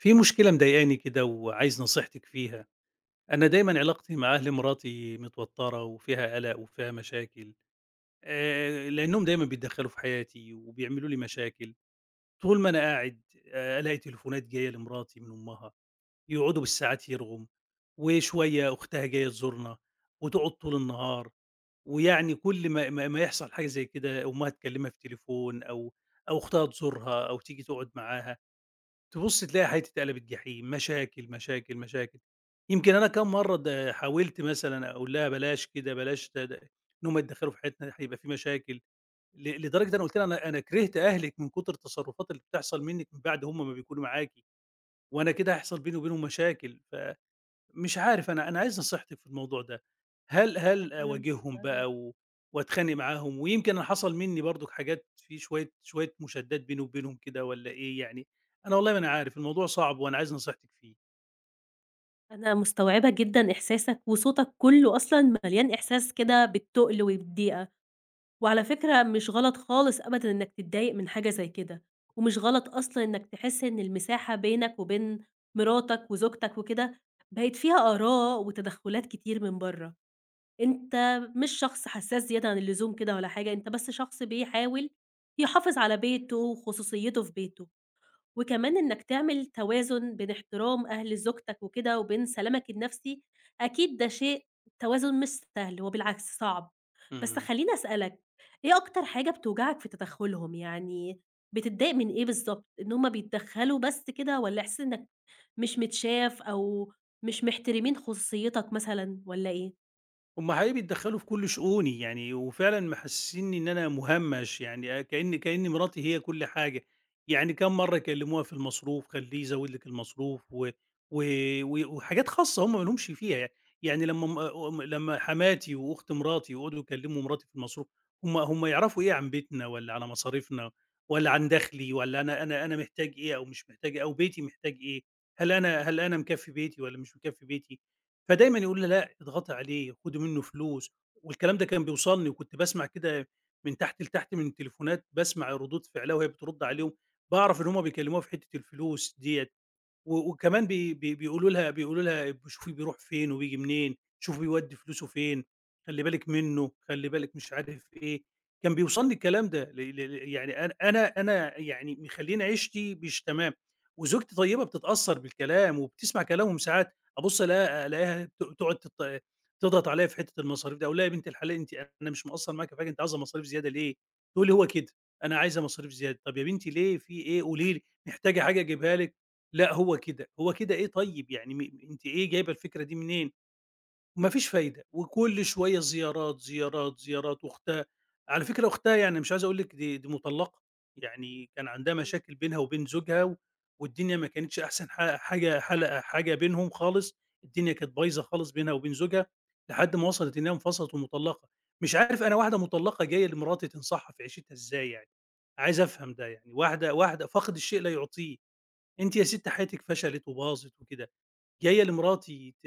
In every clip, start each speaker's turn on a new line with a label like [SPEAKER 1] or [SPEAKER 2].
[SPEAKER 1] في مشكلة مضايقاني كده وعايز نصيحتِك فيها، أنا دايمًا علاقتي مع أهل مراتي متوتّرة وفيها قلق وفيها مشاكل، لإنّهم دايمًا بيتدخّلوا في حياتي وبيعملوا لي مشاكل، طول ما أنا قاعد ألاقي تليفونات جاية لمراتي من أمها، يقعدوا بالساعات يرغم، وشوية أختها جاية تزورنا وتقعد طول النهار، ويعني كل ما يحصل حاجة زي كده أمها تكلّمها في التليفون أو أختها تزورها أو تيجي تقعد معاها. تبُص تلاقي حياتي قلبت جحيم، مشاكل، مشاكل، مشاكل. يمكن أنا كام مرّة حاولت مثلًا أقول لها بلاش كده، بلاش د د إن هم يتدخّلوا في حياتنا، هيبقى في مشاكل، لدرجة أنا قُلت لها أنا كرهت أهلِك من كُتر التصرّفات اللي بتحصل منِّك من بعد هم ما بيكونوا معاكِ، وأنا كده هيحصل بيني وبينهم مشاكل، مش عارف أنا عايز نصيحتِك في الموضوع ده، هل
[SPEAKER 2] أنا
[SPEAKER 1] أواجههم
[SPEAKER 2] مستوعبة
[SPEAKER 1] بقى و وأتخانق معاهم، ويمكن أنا حصل منّي برضُك حاجات في شوية شوية مشادات بيني وبينهم كده والّا إيه يعني؟ أنا والله ما أنا عارف، الموضوع صعب وأنا عايز نصيحتِك فيه.
[SPEAKER 2] أنا مستوعبة جدًا إحساسك، وصوتك كلّه أصلًا مليان إحساس كده بالتُقل والضيقة، وعلى فكرة مش غلط خالص أبدًا إنك تتضايق من حاجة زي كده، ومش غلط أصلًا إنك تحس إن المساحة بينك وبين مراتك وزوجتك وكده بقت فيها آراء وتدخلات كتير من برّه، أنت مش شخص حساس زيادة عن اللزوم كده ولا حاجة، أنت بس شخص بيحاول يحافظ على بيته وخصوصيته في بيته. وكمان إنك تعمل توازن بين احترام أهل زوجتك وكده وبين سلامك النفسي، أكيد ده شيء توازن مش سهل، هو بالعكس صعب. بس
[SPEAKER 1] إمم.
[SPEAKER 2] خلّيني أسألك، إيه أكتر حاجة بتوجعك في تدخُّلهم؟ يعني بتتضايق من إيه بالضبط؟ إن هم بيتدخّلوا بس كده والّا إحساس إنك مش متشاف أو مش محترمين خصوصيتك مثلًا والّا إيه؟
[SPEAKER 1] هم حقيقي بيتدخلوا في كل شؤوني يعني وفعلًا محسسينّي إن أنا مُهمّش، يعني كإن مراتي هي كل حاجة، يعني كام مرّة يكلموها في المصروف، خلّيه يزوّد لِك المصروف و و و وحاجات خاصة هم ما لهمش فيها يعني، يعني لمّا م م لمّا حماتي وأخت مراتي يقعدوا يكلموا مراتي في المصروف، هم يعرفوا إيه عن بيتنا والّا على مصاريفنا والّا عن دخلي والّا أنا محتاج إيه أو مش محتاج إيه أو بيتي محتاج إيه، هل أنا مكفّي بيتي والّا مش مكفّي بيتي؟ فدايمًا يقولوا لي: "لأ، اضغطي عليه، خدي منّه فلوس." والكلام ده كان بيوصلني وكنت باسمع كده من تحت لتحت من التليفونات، باسمع ردود فعلها وهي بترُد
[SPEAKER 2] إمم،
[SPEAKER 1] عليهم، باعرف إن هم بيكلموها في حتّة الفلوس ديّة، وكمان بي بي بيقولوا لها شوفي بيروح فين وبييجي منين، شوفي بيودّي فلوسه فين، خلّي بالِك منّه، خلّي بالِك مش عارف إيه، كان بيوصلني الكلام ده ل ل ل يعني أنا يعني مخلّيني عيشتي مش تمام، وزوجتي طيبة بتتأثّر بالكلام وبتسمع كلامهم ساعات، أبُص ألاقيها تقعد تضغط عليّا في حتّة المصاريف ده، أقول لها: "يا بنت الحلال أنتِ أنا مش مقصّر معاكِ في حاجة، أنتِ عايزة مصاريف زيادة ليه؟" تقول لي: "هو كده، أنا عايزة مصاريف زيادة." "طَب يا بنتي ليه، في إيه؟ قولي لي، محتاجة حاجة أجيبها لِك؟" لأ هو كده، هو كده إيه طيب؟ يعني أنتِ إيه جايبة الفكرة دي منين؟ ما فيش فايدة، وكل شوية زيارات، زيارات، زيارات، وأختها على فكرة أختها يعني مش عايز أقول لِك دي مطلقة، يعني كان عندها
[SPEAKER 2] إمم.
[SPEAKER 1] مشاكل بينها وبين زوجها والدنيا ما كانتش أحسن حاجة بينهم خالص، الدنيا كانت بايظة خالص بينها وبين زوجها، لحد ما وصلت إنها انفصلت ومطلقة، مش عارف أنا واحدة مطلقة جاية لمراتي تنصحها في عيشتها إزاي يعني؟ عايز أفهم ده يعني، واحدة واحدة فاقد الشيء لا يعطيه. أنتِ يا ستّي حياتِك فشلت وباظت وكده، جاية لمراتي ت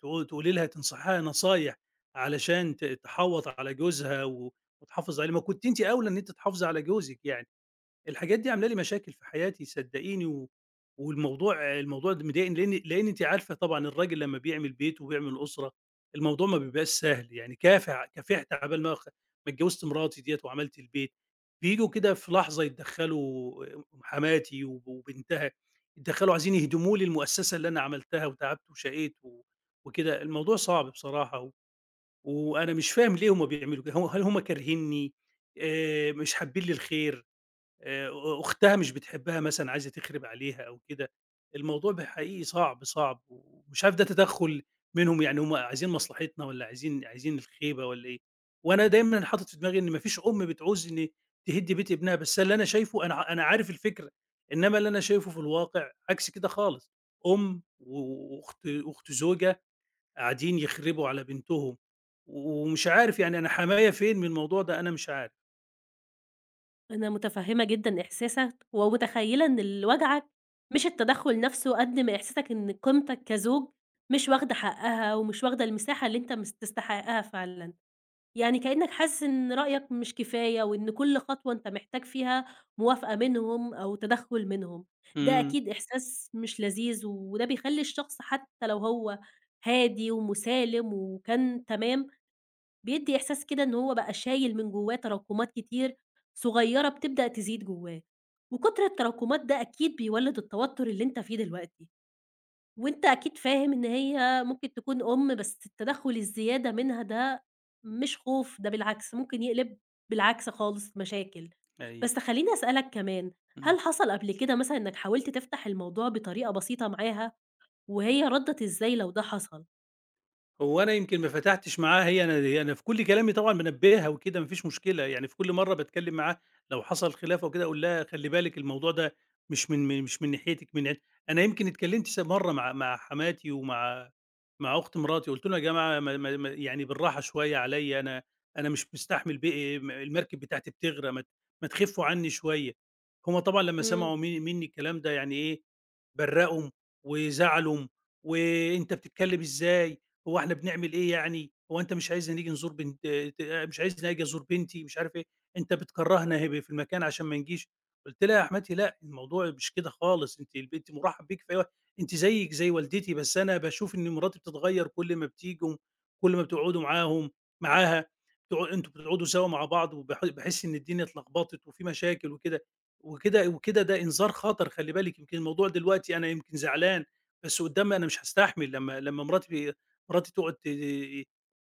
[SPEAKER 1] تقو تقولي لها تنصحيها نصايح علشان تحوّط على جوزها وتحافظ عليه، ما كنتِ أنتِ أولى إن أنتِ تحافظي على جوزِك يعني. الحاجات دي عاملة لي مشاكل في حياتي صدقيني، والموضوع ده مضايقني لإن أنتِ عارفة طبعًا الراجل لمّا بيعمل بيت وبيعمل أسرة، الموضوع ما بيبقاش سهل، يعني كافحت عقبال ما اتجوزت مراتي ديّة وعملت البيت، بييجوا كده في لحظة يتدخّلوا آه، حماتي وبنتها، يتدخّلوا عايزين يهدموا لي المؤسسة اللي أنا عملتها وتعبت وشقيت وكده، الموضوع صعب بصراحة، وأنا مش فاهم ليه هم بيعملوا كده، هل هم كارهينّي، مش حابين لي الخير، آآ أختها مش بتحبها مثلًا عايزة تخرب عليها أو كده، الموضوع حقيقي صعب، صعب، ومش عارف ده تدخُّل منهم يعني هم عايزين مصلحتنا والّا عايزين الخيبة والّا إيه، وأنا دايمًا حاطط في دماغي إن ما فيش أم بتعوز إن تهِد بيت ابنها، بس اللي أنا شايفه أنا عارف الفكرة، إنّما اللي أنا شايفه في الواقع عكس كده خالص، أم وأخت زوجة قاعدين يخربوا على بنتهم، ومش عارف يعني أنا حماية فين من الموضوع ده أنا مش عارف.
[SPEAKER 2] أنا متفهمة جدًا إحساسك، ومتخيلة إن اللي واجعك مش التدخل نفسه قد ما إحساسك إن قيمتك كزوج مش واخدة حقها، ومش واخدة المساحة اللي أنت تستحقها فعلًا، يعني كأنك حاسس إن رأيك مش كفاية، وإن كل خطوة أنت محتاج فيها موافقة منهم أو تدخل منهم، ده
[SPEAKER 1] إمم،
[SPEAKER 2] أكيد إحساس مش لذيذ، وده بيخلي الشخص حتى لو هو هادي ومسالم وكان تمام، بيدّي إحساس كده إن هو بقى شايل من جوّاه تراكمات كتير صغيّرة بتبدأ تزيد جوّاه، وكُتر التراكمات ده أكيد بيولِّد التوتُّر اللي أنت فيه دلوقتي، وأنت أكيد فاهم إن هي ممكن تكون أم، بس التدخُّل الزيادة منها ده مش خوف، ده بالعكس ممكن يقلب بالعكس خالص مشاكل.
[SPEAKER 1] أيوه،
[SPEAKER 2] بس خلّيني أسألك كمان،
[SPEAKER 1] إمم.
[SPEAKER 2] هل حصل قبل كده مثلًا إنّك حاولت تفتح الموضوع بطريقة بسيطة معاها وهي ردّت إزاي لو ده حصل؟
[SPEAKER 1] هو أنا يمكن ما فتحتش معاها هي أنا هي أنا في كل كلامي طبعًا بانبّهها وكده ما فيش مشكلة، يعني في كل مرّة باتكلّم معاها لو حصل خلاف أو كده أقول لها خلّي بالِك الموضوع ده مش من ناحيتِك من عند أنا يمكن اتكلّمت مرّة مع حماتي ومع أخت مراتي قُلت لهم يا جماعة ما ما ما يعني بالراحة شوية عليّا أنا أنا مش مستحمل ب م المركب بتاعتي بتغرق ما تخفّوا عنّي شوية. هم طبعًا لمّا سمعوا منّي الكلام ده يعني إيه، برّقهم وزعلهم، وأنت بتتكلم إزاي، هو إحنا بنعمل إيه يعني، هو أنت مش عايزنا نيجي نزور بنت ت مش عايزني آجي أزور بنتي مش عارف إيه، أنت بتكرّهنا هب في المكان عشان ما نجيش، قُلت لها: "يا حماتي لأ، الموضوع مش كده خالص، أنتِ البنت مُرحّب بيكِ في أي وقت، أنتِ زيِّك زي والدتي بس أنا باشوف إن مراتي بتتغيّر كل ما بتيجوا، كل ما بتقعدوا معاها، أنتم بتقعدوا سوا مع بعض باحس إن الدنيا اتلخبطت وفي مشاكل وكده." وكده ده إنذار خطر خلّي بالِك، يمكن الموضوع دلوقتي أنا يمكن زعلان، بس قدّام أنا مش هاستحمل لمّا مراتي تقعد ت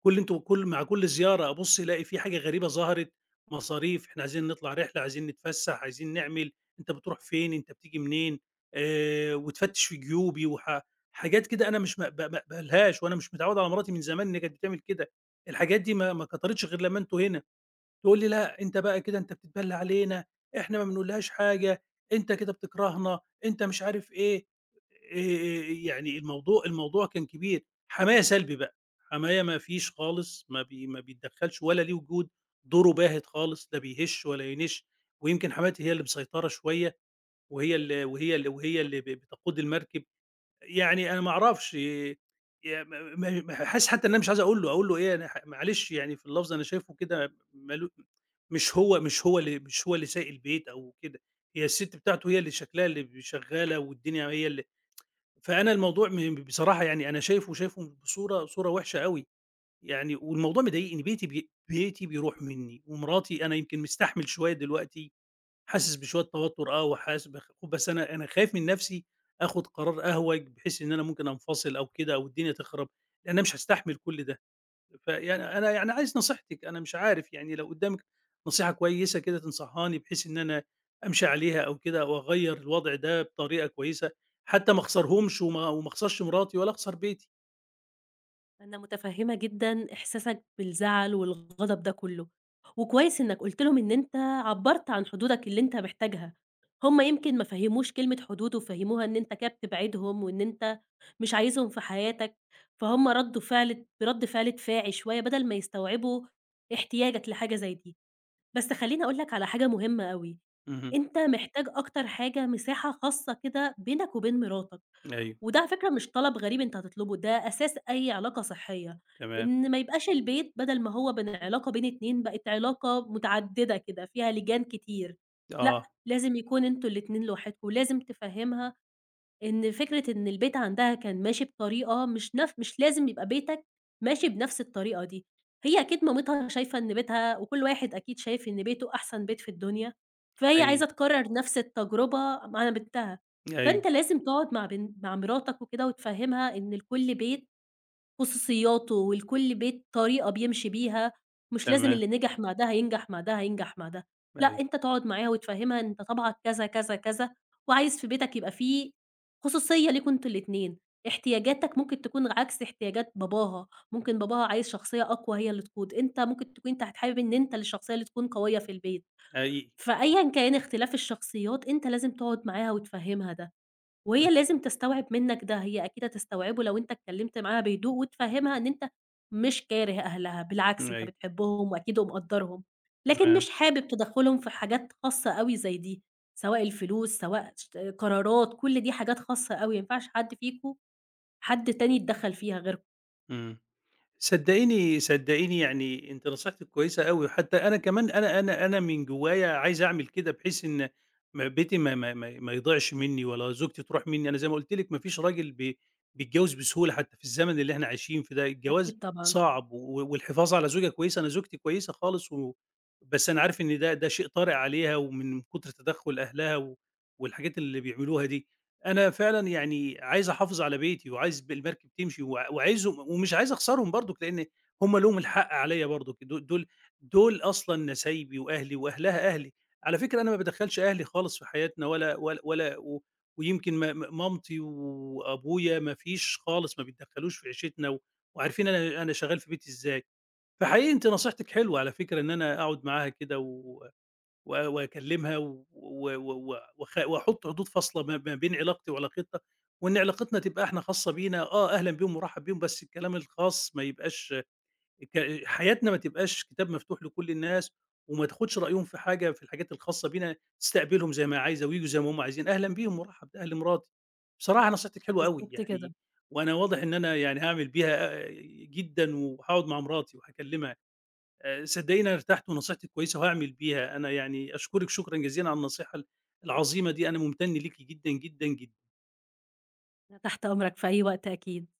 [SPEAKER 1] كل أنتم كل مع كل زيارة أبُص ألاقي في حاجة غريبة ظهرت، مصاريف، إحنا عايزين نطلع رحلة، عايزين نتفسّح، عايزين نعمل، أنت بتروح فين، أنت بتيجي منين، وتفتش في جيوبي حاجات كده أنا مش ما باقبلهاش وأنا مش متعوّد على مراتي من زمان إن هي كانت بتعمل كده، الحاجات دي ما كترتش غير لمّا أنتم هنا. تقول لي: "لأ، أنت بقى كده أنت بتتبلّي علينا، إحنا ما بنقولهاش حاجة، أنت كده بتكرهنا، أنت مش عارف إيه." آآ يعني الموضوع كان كبير. حمايا سلبي بقى، حمايا ما فيش خالص، ما بيتدخّلش ولا ليه وجود، دوره باهت خالص، لا بيهِش ولا ينِش، ويمكن حماتي هي اللي مسيطرة شوية وهي اللي بتقود المركب. يعني أنا ما أعرفش ي م م م حاسس حتى إن أنا مش عايز أقول له، أقول له إيه أنا معلش يعني في اللفظ أنا شايفه كده ماله مش هو اللي سايق البيت أو كده، هي السِت بتاعته هي اللي شكلها اللي شغّالة والدنيا هي اللي فأنا الموضوع بصراحة يعني أنا شايفه بصورة وِحشة أوي، يعني والموضوع مضايقني بيتي بيتي بيروح منّي ومراتي أنا يمكن مستحمل شوية دلوقتي حاسس بشوية توتر آه، وحاسس بس أنا خايف من نفسي آخُد قرار أهوج بحيث إن أنا ممكن أنفصل أو كده أو الدنيا تخرب، لإن أنا مش هاستحمل كل ده، فيعني أنا يعني عايز نصيحتِك، أنا مش عارف يعني لو قدّامِك نصيحة كويسة كده تنصحّاني بحيث إن أنا أمشي عليها أو كده أو أغيّر الوضع ده بطريقة كويسة، حتى ما أخسرهمش وما وما أخسرش مراتي ولا أخسر بيتي.
[SPEAKER 2] أنا متفهمة جدًا إحساسك بالزعل والغضب ده كله، وكويس إنك قُلت لهم إن أنت عبّرت عن حدودك اللي أنت محتاجها، هُم يمكن ما فهموش كلمة حدود وفهموها إن أنت كده بتبعدهم وإن أنت مش عايزهم في حياتك، فهُم ردّوا فعل برَد فعل دفاعي شوية بدل ما يستوعبوا احتياجك لحاجة زي دي. بس خلّيني أقول لك على حاجة مهمة أوي،
[SPEAKER 1] اهم،
[SPEAKER 2] أنت محتاج أكتر حاجة مساحة خاصة كده بينك وبين مراتك.
[SPEAKER 1] أيوه،
[SPEAKER 2] وده على فكرة مش طلب غريب أنت هتطلبه، ده أساس أي علاقة صحية،
[SPEAKER 1] تمام،
[SPEAKER 2] إن ما يبقاش البيت بدل ما هو بين علاقة بين 2 بقت علاقة متعددة كده، فيها لِجَان كتير، لأ،
[SPEAKER 1] آه،
[SPEAKER 2] لازم يكون أنتم الاتنين لوحدكم، لازم تفهّمها إن فكرة إن البيت عندها كان ماشي بطريقة مش لازم يبقى بيتك ماشي بنفس الطريقة دي، هي أكيد مامتها شايفة إن بيتها وكل واحد أكيد شايف إن بيته أحسن بيت في الدنيا، فهي
[SPEAKER 1] حقيقي،
[SPEAKER 2] عايزة تكرر نفس التجربة مع بنتها،
[SPEAKER 1] أيوه،
[SPEAKER 2] فأنت لازم تقعد مع مراتك وكده وتفهمها إن لكل بيت خصوصياته، ولكل بيت طريقة بيمشي بيها، مش لازم
[SPEAKER 1] تمام،
[SPEAKER 2] اللي نجح مع ده هينجح مع ده، هينجح مع ده، لأ
[SPEAKER 1] أيوه،
[SPEAKER 2] أنت تقعد معاها وتفهمها أنت طبعك كذا، كذا، كذا، وعايز في بيتك يبقى فيه خصوصية ليكم أنتم الاتنين، احتياجاتك ممكن تكون عكس احتياجات باباها، ممكن باباها عايز شخصية أقوى هي اللي تقود، أنت ممكن تكون أنت حابب إن أنت اللي الشخصية اللي تكون قوية في البيت،
[SPEAKER 1] حقيقي،
[SPEAKER 2] فأيًا كان اختلاف الشخصيات أنت لازم تقعد معاها وتفهمها ده. وهي لازم تستوعب منّك ده، هي أكيد هتستوعبه لو أنت اتكلّمت معاها بهدوء وتفهّمها إن أنت مش كاره أهلها، بالعكس أنت
[SPEAKER 1] أيوه،
[SPEAKER 2] بتحبهم وأكيد ومقدّرهم، لكن
[SPEAKER 1] تمام،
[SPEAKER 2] مش حابب تدخُّلهم في حاجات خاصة أوي زي دي، سواء الفلوس، سواء قرارات، كل دي حاجات خاصة أوي، ما ينفعش حد تاني يتدخّل فيها غيركم.
[SPEAKER 1] إمم. صدقيني، صدقيني يعني أنتِ نصيحتِك كويسة أوي، وحتى أنا كمان أنا من جوايا عايز أعمل كده بحيث إن ما يضيعش منّي ولا زوجتي تروح منّي، أنا زي ما قُلت لِك ما فيش راجل بيتجوّز بسهولة حتى في الزمن اللي إحنا عايشين فيه ده، الجواز
[SPEAKER 2] أكيد طبعًا،
[SPEAKER 1] صعب والحفاظ على زوجة كويسة، أنا زوجتي كويسة خالص بس أنا عارف إن ده شيء طارئ عليها ومن كتر تدخُّل أهلها والحاجات اللي بيعملوها دي. أنا فعلًا يعني عايز أحافظ على بيتي، وعايز المركب تمشي، وعايزهم ومش عايز أخسرهم برضُك، لإن هم ليهم الحق عليَّ برضُك، دول أصلًا نسايبي وأهلي، وأهلها أهلي. على فكرة أنا ما بادخّلش أهلي خالص في حياتنا ولا ولا ولا و ويمكن م م مامتي وأبويا ما فيش خالص، ما بيتدخّلوش في عيشتنا، وعارفين أنا أنا شغّال في بيتي إزاي. فحقيقي أنتِ نصيحتِك حلوة على فكرة، إن أنا أقعد معاها كده و و وأكلّمها و و و وأخ وأحُط حدود فاصلة ما بين علاقتي وعلاقتها، وإن علاقتنا تبقى إحنا خاصة بينا، آه أهلًا بيهم ومرحّب بيهم، بس الكلام الخاص ما يبقاش حياتنا ما تبقاش كتاب مفتوح لكل الناس، وما تاخُدش رأيهم في حاجة في الحاجات الخاصة بينا، استقبلهم زي ما عايزة وييجوا زي ما هم عايزين، أهلًا بيهم ومرحّب، ده أهل مراتي. بصراحة نصيحتِك حلوة أوي
[SPEAKER 2] بالضبط كده.
[SPEAKER 1] يعني، وأنا واضح إن أنا يعني هاعمل بيها جدًا، وهاقعد مع مراتي وهاكلّمها. صدقيني أنا ارتحت ونصيحتِك كويسة وهاعمل بيها، أنا يعني أشكرِك شكرًا جزيلًا على النصيحة العظيمة دي، أنا ممتن ليكِ جدًا، جدًا، جدًا.
[SPEAKER 2] أنا تحت أمرك في أي وقت أكيد.